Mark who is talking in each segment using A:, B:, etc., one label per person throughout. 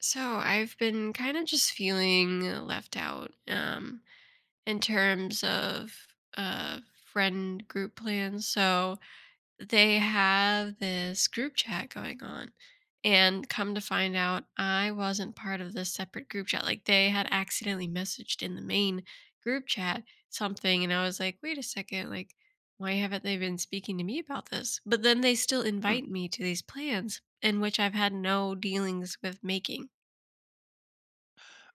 A: So I've been kind of just feeling left out, in terms of uh, friend group plans. So they have this group chat going on. And come to find out, I wasn't part of this separate group chat. Like they had accidentally messaged in the main group chat something. And I was like, wait a second, like, why haven't they been speaking to me about this? But then they still
B: Hmm,
A: invite me to these plans in which I've had no dealings with making.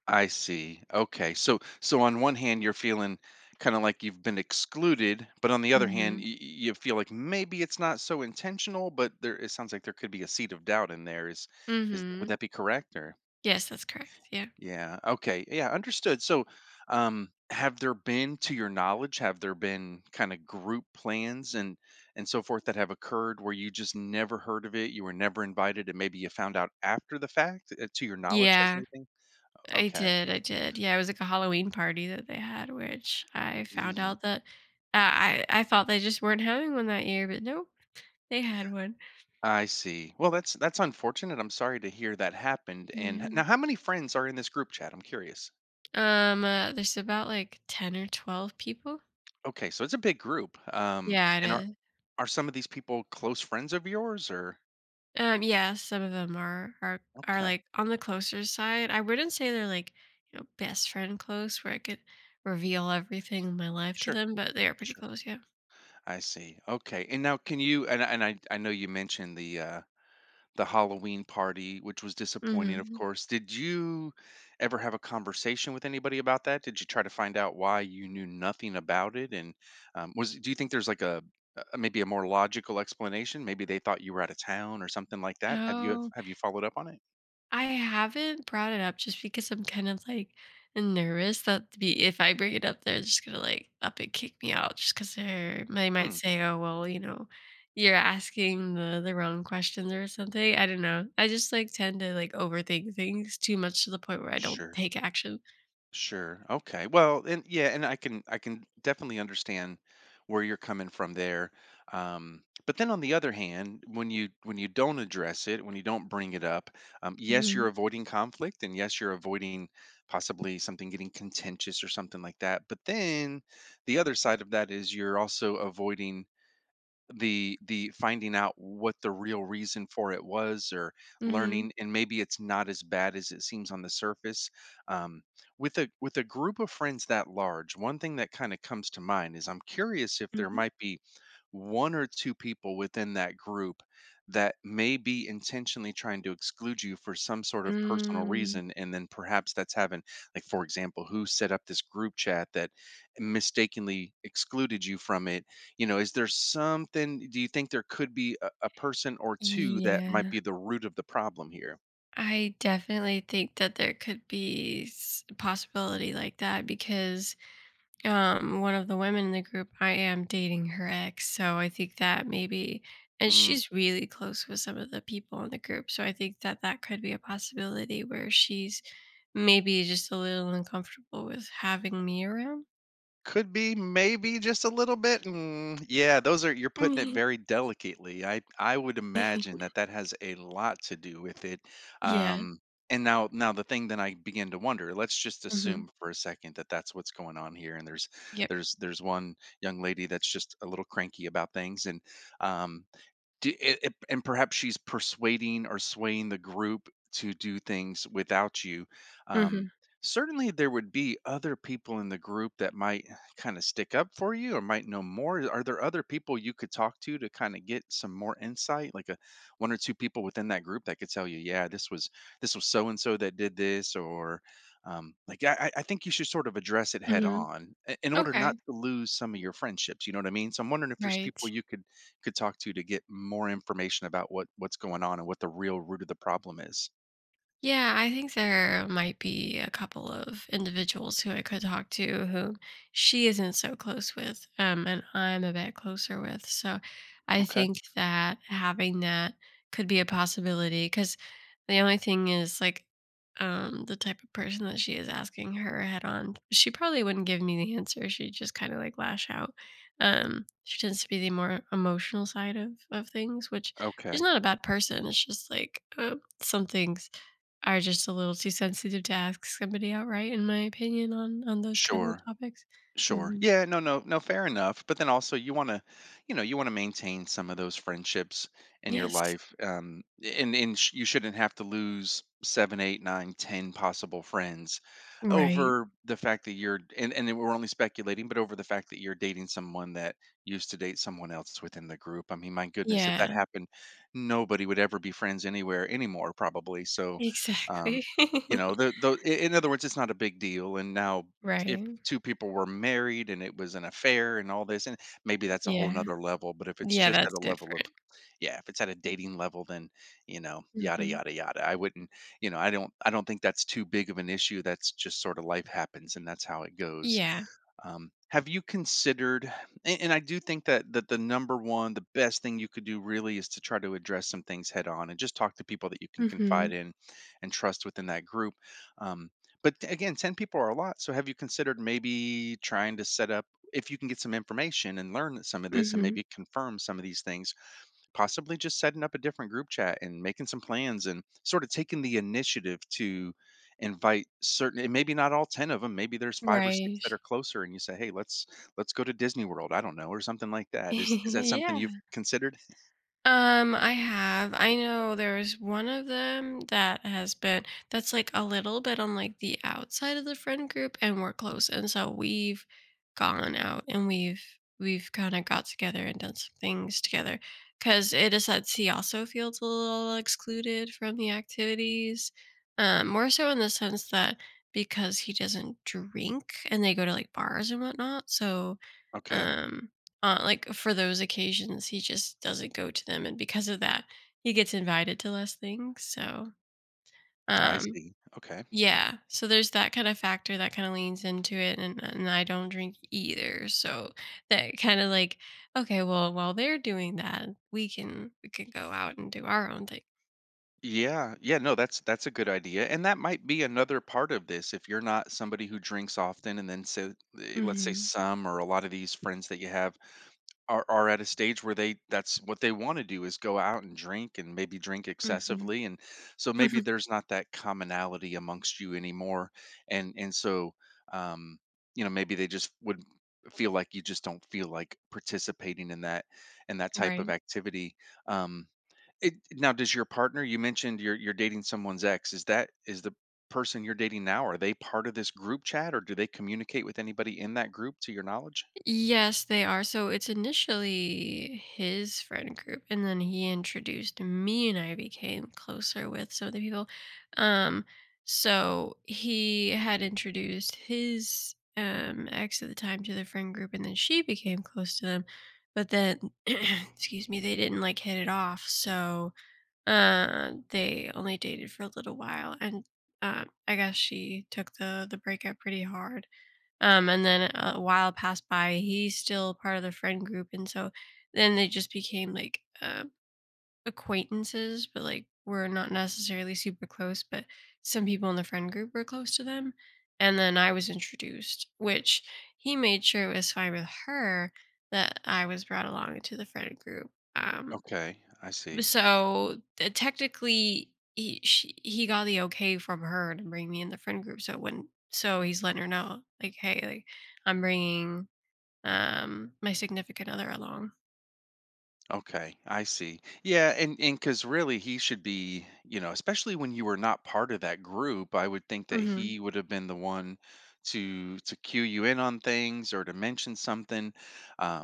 B: I see. Okay. So on one hand you're feeling kind of like you've been excluded, but on the other hand you feel like maybe it's not so intentional, but there it sounds like there could be a seed of doubt in there is would
A: Mhm.
B: that be correct or
A: Yes, that's correct, yeah.
B: yeah. Okay. Yeah, understood. So have there been to your knowledge have there been kind of group plans and so forth that have occurred where you just never heard of it, you were never invited and maybe you found out after the fact? To your knowledge has
A: Yeah,
B: anything?
A: I
B: Okay.
A: did, I did. Yeah, it was like a Halloween party that they had, which I found out that I thought they just weren't having one that year, but nope, they had one.
B: I see. Well, that's unfortunate. I'm sorry to hear that happened. And
A: Yeah.
B: now, how many friends are in this group chat? I'm curious.
A: There's about, like, 10 or 12 people.
B: Okay, so it's a big group. Um,
A: Yeah, it
B: and are
A: is.
B: some of these people close friends of yours, or
A: Yeah, some of them are are,
B: okay,
A: like, on the closer side. I wouldn't say they're, like, you know, best friend close where I could reveal everything in my life to
B: sure,
A: them, but they are pretty
B: sure.
A: close, yeah.
B: I see. Okay, and now can you? And I know you mentioned the Halloween party, which was disappointing, of
A: Mhm.
B: course. Did you ever have a conversation with anybody about that? Did you try to find out why you knew nothing about it? And was do you think there's like a maybe a more logical explanation? Maybe they thought you were out of town or something like that. Have you
A: Oh.
B: have you followed up on it?
A: I haven't brought it up just because I'm kind of like nervous that be if I bring it up, they're just gonna like up and kick me out just because they might
B: Hmm,
A: say, "Oh well, you know, you're asking the wrong questions or something." I don't know. I just like tend to like overthink things too much to the point where I don't
B: sure.
A: take action.
B: Sure. Okay. Well, and yeah, and I can definitely understand where you're coming from there. But then on the other hand, when you don't address it, when you don't bring it up, yes,
A: hmm
B: you're avoiding conflict, and yes, you're avoiding possibly something getting contentious or something like that. But then the other side of that is you're also avoiding the finding out what the real reason for it was or
A: hmm
B: learning and maybe it's not as bad as it seems on the surface. Um, with a with a group of friends that large, one thing that kind of comes to mind is I'm curious if there
A: hmm
B: might be one or two people within that group that may be intentionally trying to exclude you for some sort of personal
A: Mm,
B: reason and then perhaps that's having like for example who set up this group chat that mistakenly excluded you from it. You know, is there something, do you think there could be a person or two that might
A: yeah,
B: be the root of the problem here?
A: I definitely think that there could be possibility like that because, um, one of the women in the group, I am dating her ex, so I think that maybe, and
B: Mm,
A: she's really close with some of the people in the group, so I think that that could be a possibility where she's maybe just a little uncomfortable with having me around.
B: could be, maybe just a little bit. Mm, yeah, those are you're putting it very delicately. I would imagine that that has a lot to do with it.
A: Yeah.
B: Um, and now the thing that I begin to wonder. Let's just
A: hmm
B: assume for a second that that's what's going on here. And there's
A: yep
B: there's there's one young lady that's just a little cranky about things, and um, D it it and perhaps she's persuading or swaying the group to do things without you. Um,
A: hmm
B: certainly there would be other people in the group that might kinda stick up for you or might know more. Are there other people you could talk to kinda get some more insight? Like, a 1 or 2 people within that group that could tell you, "Yeah, this was so and so that did this," or, like, I think you should sort of address it head
A: hmm
B: on I in order not
A: okay,
B: to lose some of your friendships, you know what I mean? So I'm wondering if there's people
A: right.
B: you could talk to get more information about what's going on and what the real root of the problem is.
A: Yeah, I think there might be a couple of individuals who I could talk to who she isn't so close with, and I'm a bit closer with. So I
B: Okay.
A: think that having that could be a possibility because the only thing is like, the type of person that she is, asking her head on, she probably wouldn't give me the answer. She'd just kind of like lash out. She tends to be the more emotional side of things, which she's
B: Okay.
A: not a bad person. It's just like, some things are just a little too sensitive to ask somebody outright, in my opinion, on those kinds of
B: Sure.
A: topics.
B: Sure.
A: Mhm.
B: Yeah, no, no, no, fair enough. But then also you want to, you know, you want to maintain some of those friendships in your
A: Yes.
B: life. And you shouldn't have to lose seven, eight, nine, ten possible friends
A: Right.
B: over the fact that you're and we're only speculating, but over the fact that you're dating someone that used to date someone else within the group. I mean, my goodness, if that
A: Yeah.
B: happened, nobody would ever be friends anywhere anymore, probably. So um,
A: Exactly.
B: you know, the in other words, it's not a big deal. And now
A: Right.
B: 2 people were married and it was an affair and all this, and maybe that's a whole
A: Yeah.
B: nother level, but if it's
A: Yeah,
B: just at
A: that's
B: a level of
A: different.
B: yeah, if it's at a dating level, then, you know, yada,
A: Mhm.
B: yada, yada. I wouldn't, you know, I don't think that's too big of an issue. That's just sort of life happens and that's how it goes.
A: Yeah.
B: Have you considered, and I do think that the number one, the best thing you could do really is to try to address some things head on and just talk to people that you can confide
A: Mhm.
B: in and trust within that group. Um, but again, 10 people are a lot. So have you considered maybe trying to set up, if you can get some information and learn some of this and
A: Mhm.
B: maybe confirm some of these things, possibly just setting up a different group chat and making some plans and sort of taking the initiative to invite certain, and maybe not all 10 of them, maybe there's five or six
A: Right.
B: that are closer, and you say, hey, let's go to Disney World, I don't know, or something like that. Is that something you've
A: Yeah.
B: considered?
A: I have. I know there's one of them that has been, that's like a little bit on like the outside of the friend group and we're close. And so we've gone out and we've kind of got together and done some things together because it is that he also feels a little excluded from the activities. More so in the sense that because he doesn't drink and they go to like bars and whatnot. So
B: Okay.
A: um like for those occasions, he just doesn't go to them, and because of that, he gets invited to less things. So,
B: I
A: um,
B: see. Okay.
A: yeah. So there's that kind of factor that kind of leans into it, and I don't drink either. So that kind of like, okay, well, while they're doing that, we can go out and do our own thing.
B: Yeah. Yeah, no, that's a good idea. And that might be another part of this if you're not somebody who drinks often and then say, eh, let's say
A: hmm
B: some or a lot of these friends that you have are at a stage where they that's what they want to do is go out and drink and maybe drink
A: hmm
B: excessively and so maybe there's not that commonality amongst you anymore and so um you know maybe they just would feel like you just don't feel like participating in that type of
A: Right.
B: activity. Um, it, now does your partner you mentioned you're dating someone's ex, is that is the person you're dating now are they part of this group chat or do they communicate with anybody in that group to your knowledge?
A: Yes, they are. So it's initially his friend group, and then he introduced me, and I became closer with some of the people. Um, so he had introduced his, um, ex at the time to the friend group, and then she became close to them. But then, excuse me, they didn't like hit it off. So, they only dated for a little while, and, I guess she took the breakup pretty hard, and then a while passed by. He's still part of the friend group, and so then they just became like, acquaintances, but like we're not necessarily super close. But some people in the friend group were close to them, and then I was introduced, which he made sure it was fine with her that I was brought along into the friend group. Um,
B: Okay, I see.
A: so, technically, he got the okay from her to bring me in the friend group. So when, so he's letting her know, like, hey, like I'm bringing, um, my significant other along.
B: Okay, I see. Yeah, and because really he should be, you know, especially when you were not part of that group, I would think that
A: hmm
B: he would have been the one to cue you in on things or to mention something.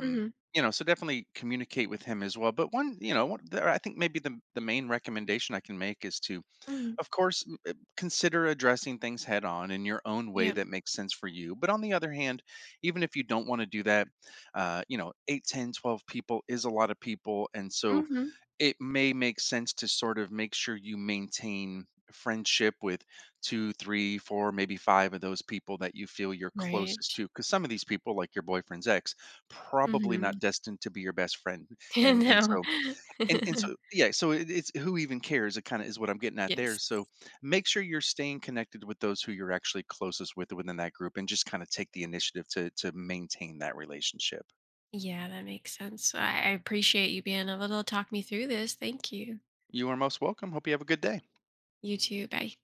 A: hmm
B: you know, so definitely communicate with him as well. But one, you know, one, I think maybe the main recommendation I can make is to,
A: hmm
B: of course, consider addressing things head on in your own way
A: Yep.
B: that makes sense for you. But on the other hand, even if you don't want to do that, you know, 8, 10, 12 people is a lot of people. And so
A: hmm
B: it may make sense to sort of make sure you maintain friendship with two, three, four, maybe five of those people that you feel you're
A: Right.
B: closest to. Because some of these people, like your boyfriend's ex, probably
A: hmm
B: not destined to be your best friend. And, and
A: no.
B: so and so yeah, so it, it's who even cares? It kind of is what I'm getting at there.
A: Yes.
B: So make sure you're staying connected with those who you're actually closest with within that group, and just kind of take the initiative to maintain that relationship.
A: Yeah, that makes sense. I appreciate you being able to talk me through this. Thank you.
B: You are most welcome. Hope you have a good day.
A: You too. Bye.